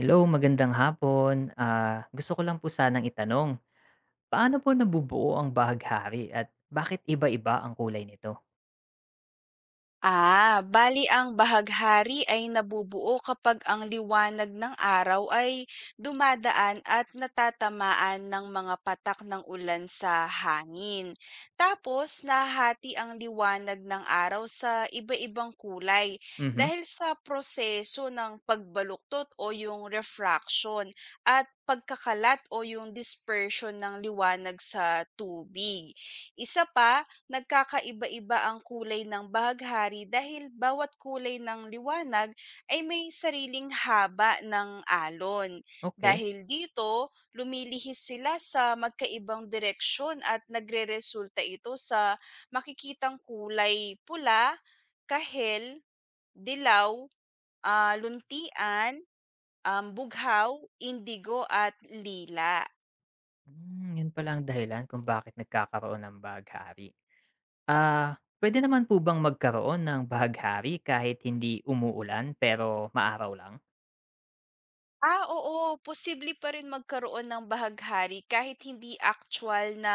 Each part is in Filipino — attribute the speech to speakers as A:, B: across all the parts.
A: Hello, magandang hapon. Gusto ko lang po sanang itanong, paano po nabubuo ang bahaghari at bakit iba-iba ang kulay nito?
B: Ah, bali ang bahaghari ay nabubuo kapag ang liwanag ng araw ay dumadaan at natatamaan ng mga patak ng ulan sa hangin. Tapos nahati ang liwanag ng araw sa iba-ibang kulay
A: Mhm,
B: dahil sa proseso ng pagbaluktot o yung refraction at pagkakalat o yung dispersion ng liwanag sa tubig. Isa pa, nagkakaiba-iba ang kulay ng bahaghari dahil bawat kulay ng liwanag ay may sariling haba ng alon.
A: okey.
B: Dahil dito, lumilihis sila sa magkaibang direksyon at nagreresulta ito sa makikitang kulay pula, kahel, dilaw, luntian, bughaw, indigo at lila.
A: Hmm, yun pala ang dahilan kung bakit nagkakaroon ng bahaghari. Pwede naman po bang magkaroon ng bahaghari kahit hindi umuulan pero maaraw lang?
B: Ah, oo, posible pa rin magkaroon ng bahaghari kahit hindi actual na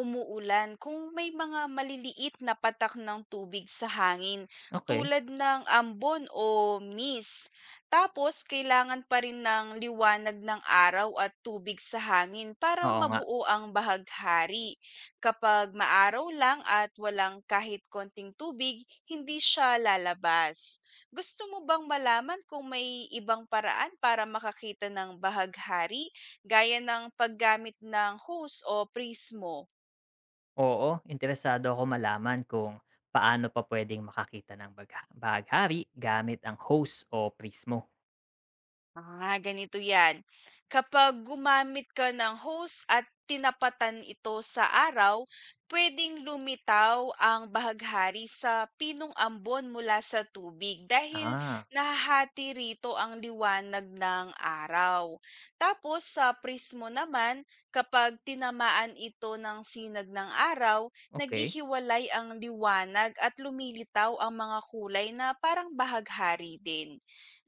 B: umuulan kung may mga maliliit na patak ng tubig sa hangin
A: Okey,
B: tulad ng ambon o mist. Tapos, kailangan pa rin ng liwanag ng araw at tubig sa hangin para
A: oo nga.
B: mabuo ang bahaghari. Kapag maaraw lang at walang kahit konting tubig, hindi siya lalabas. Gusto mo bang malaman kung may ibang paraan para makakita ng bahaghari gaya ng paggamit ng hose o prismo?
A: Oo, interesado ako malaman kung paano pa pwedeng makakita ng bahaghari gamit ang hose o prismo.
B: Ah, ganito 'yan. Kapag gumamit ka ng hose at tinapatan ito sa araw, pwedeng lumitaw ang bahaghari sa pinong ambon mula sa tubig dahil
A: Ah,
B: nahahati rito ang liwanag ng araw. Tapos sa prismo naman, kapag tinamaan ito ng sinag ng araw,
A: okay.
B: naghihiwalay ang liwanag at lumilitaw ang mga kulay na parang bahaghari din.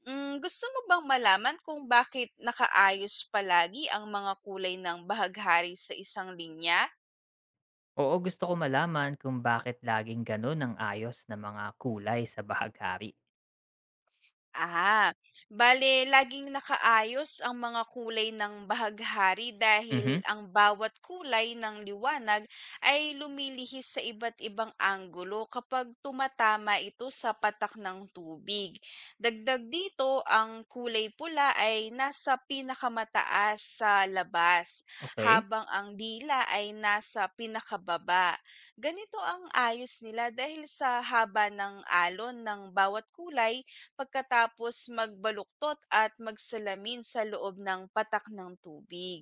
B: Gusto mo bang malaman kung bakit nakaayos palagi ang mga kulay ng bahaghari sa isang linya?
A: Oo, gusto ko malaman kung bakit laging ganun ang ayos ng mga kulay sa bahaghari.
B: Ah, bale laging nakaayos ang mga kulay ng bahaghari
A: Mhm.
B: dahil ang bawat kulay ng liwanag ay lumilihis sa iba't ibang anggulo kapag tumatama ito sa patak ng tubig. Dagdag dito, ang kulay pula ay nasa pinakamataas sa labas,
A: Okey.
B: habang ang dila ay nasa pinakababa. Ganito ang ayos nila dahil sa haba ng alon ng bawat kulay pagkatapos magbaluktot at magsalamin sa loob ng patak ng tubig.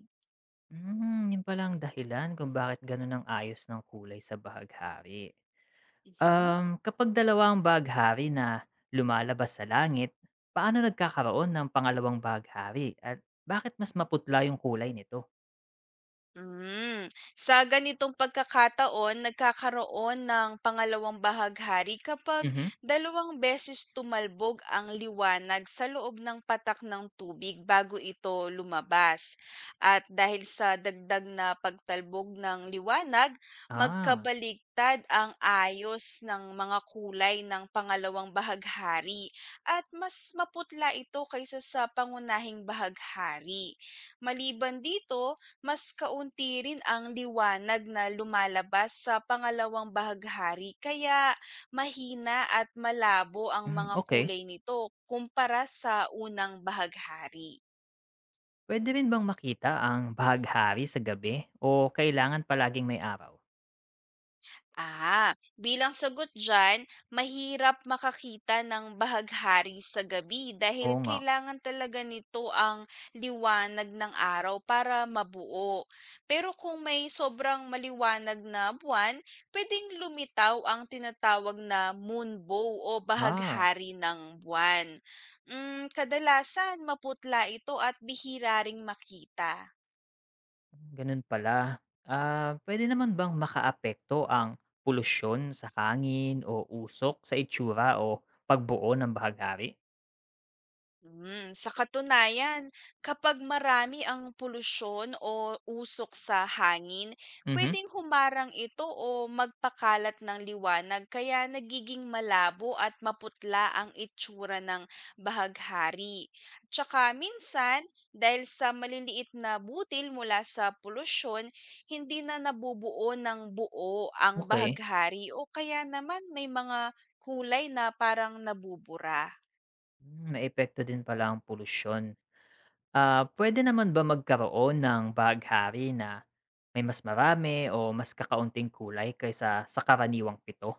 A: Hmm, yun pala ang dahilan kung bakit ganun ang ayos ng kulay sa bahaghari.
B: Mhm.
A: Kapag dalawa ang bahaghari na lumalabas sa langit, paano nagkakaroon ng pangalawang bahaghari at bakit mas maputla yung kulay nito?
B: Sa ganitong pagkakataon nagkakaroon ng pangalawang bahaghari kapag
A: Mhm.
B: dalawang beses tumalbog ang liwanag sa loob ng patak ng tubig bago ito lumabas. At dahil sa dagdag na pagtalbog ng liwanag,
A: Ah,
B: magkabaliktad ang ayos ng mga kulay ng pangalawang bahaghari at mas maputla ito kaysa sa pangunahing bahaghari. Maliban dito, mas kaunti rin ang liwanag na lumalabas sa pangalawang bahaghari kaya mahina at malabo ang
A: hmm,
B: mga
A: okey.
B: kulay nito kumpara sa unang bahaghari.
A: Puwede rin bang makita ang bahaghari sa gabi o kailangan palaging may araw?
B: Ah, bilang sagot dyan, mahirap makakita ng bahaghari sa gabi dahil
A: Oo nga.
B: kailangan talaga nito ang liwanag ng araw para mabuo. Pero kung may sobrang maliwanag na buwan, pwedeng lumitaw ang tinatawag na moonbow o
A: Ah.
B: bahaghari ng buwan. Kadalasan maputla ito at bihira ring makita.
A: Ganun pala. Pwede naman bang makaapekto ang polusyon sa hangin o usok sa itsura o pagbuo ng bahagari?
B: Sa katunayan, kapag marami ang polusyon o usok sa hangin,
A: Mhm.
B: pwedeng humarang ito o magpakalat ng liwanag kaya nagiging malabo at maputla ang itsura ng bahaghari. Tsaka minsan, dahil sa maliliit na butil mula sa polusyon, hindi na nabubuo ng buo ang
A: Okay.
B: bahaghari o kaya naman may mga kulay na parang nabubura.
A: Hmm, may epekto din pala ang polusyon. Pwede naman ba magkaroon ng bahagari na may mas marami o mas kakaunting kulay kaysa sa karaniwang pito?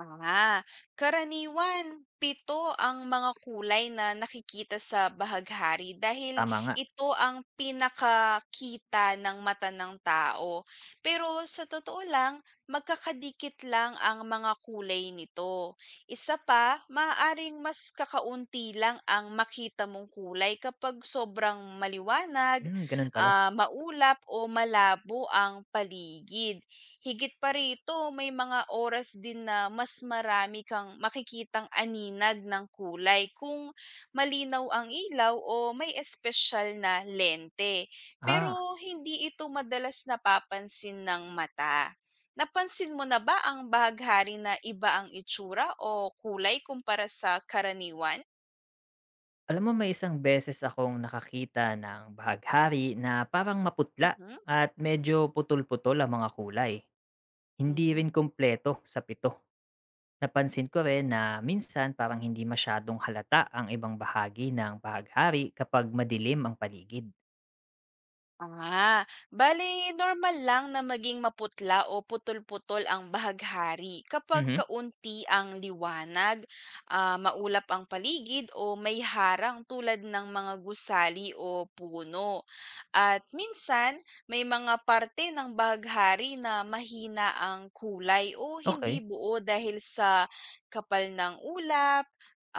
B: Ah, karaniwan, pito ang mga kulay na nakikita sa bahaghari dahil
A: Tama nga.
B: ito ang pinakakita ng mata ng tao. Pero sa totoo lang, magkakadikit lang ang mga kulay nito. Isa pa, maaaring mas kakaunti lang ang makita mong kulay kapag sobrang maliwanag,
A: Hmm, ganun pala.
B: maulap o malabo ang paligid. Higit pa rito, may mga oras din na mas marami kang makikitang aninag ng kulay kung malinaw ang ilaw o may espesyal na lente. Pero
A: Ah,
B: hindi ito madalas napapansin ng mata. Napansin mo na ba ang bahaghari na iba ang itsura o kulay kumpara sa karaniwan?
A: alam mo may isang beses akong nakakita ng bahaghari na parang maputla
B: Mhm.
A: at medyo putol-putol ang mga kulay. Hindi
B: Mm.
A: rin kumpleto sa pito. Napansin ko rin na minsan parang hindi masyadong halata ang ibang bahagi ng bahaghari kapag madilim ang paligid.
B: Ah, bale normal lang na maging maputla o putol-putol ang bahaghari kapag
A: Mhm.
B: kaunti ang liwanag, maulap ang paligid o may harang tulad ng mga gusali o puno. At minsan, may mga parte ng bahaghari na mahina ang kulay o hindi
A: Okay.
B: buo dahil sa kapal ng ulap,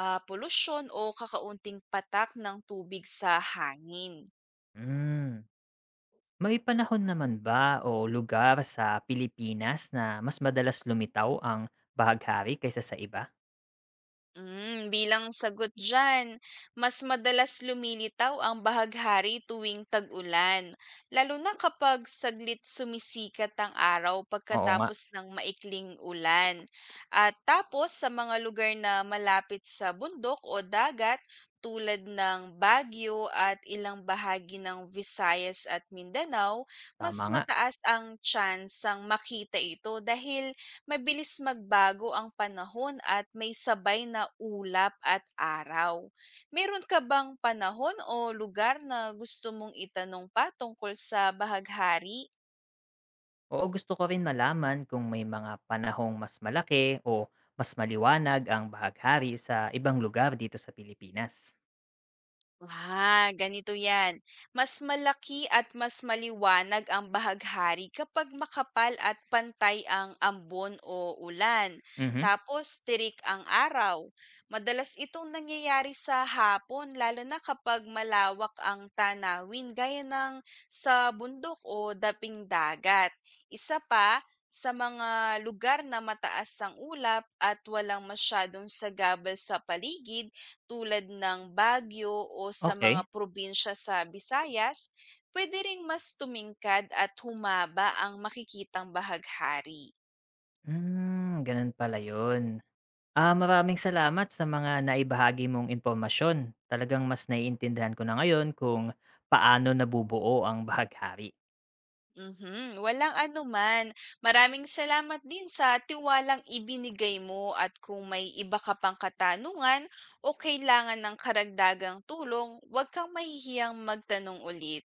B: polusyon o kakaunting patak ng tubig sa hangin.
A: Mm. May panahon naman ba o lugar sa Pilipinas na mas madalas lumitaw ang bahaghari kaysa sa iba?
B: Bilang sagot dyan, mas madalas lumilitaw ang bahaghari tuwing tag-ulan, lalo na kapag saglit sumisikat ang araw
A: Oo nga,
B: pagkatapos ng maikling ulan. At tapos sa mga lugar na malapit sa bundok o dagat tulad ng Baguio at ilang bahagi ng Visayas at Mindanao, mas
A: tama nga.
B: mataas ang chance ang makita ito dahil mabilis magbago ang panahon at may sabay na ulap at araw. Meron ka bang panahon o lugar na gusto mong itanong pa tungkol sa bahaghari?
A: Oo, gusto ko rin malaman kung may mga panahong mas malaki o mas maliwanag ang bahaghari sa ibang lugar dito sa Pilipinas.
B: Ah, ganito yan. Mas malaki at mas maliwanag ang bahaghari kapag makapal at pantay ang ambon o ulan.
A: Mhm.
B: Tapos, tirik ang araw. Madalas itong nangyayari sa hapon, lalo na kapag malawak ang tanawin gaya ng sa bundok o daping dagat. Isa pa, sa mga lugar na mataas ang ulap at walang masyadong sagabal sa paligid, tulad ng Baguio o sa mga
A: Okay.
B: probinsya sa Visayas, pwede ring mas tumingkad at humaba ang makikitang bahaghari.
A: Hmm, ganun pala yun. Ah, maraming salamat sa mga naibahagi mong impormasyon. Talagang mas naiintindihan ko na ngayon kung paano nabubuo ang bahaghari.
B: Mhm, walang anuman. Maraming salamat din sa tiwalang ibinigay mo at kung may iba ka pang katanungan o kailangan ng karagdagang tulong, huwag kang mahihiyang magtanong ulit.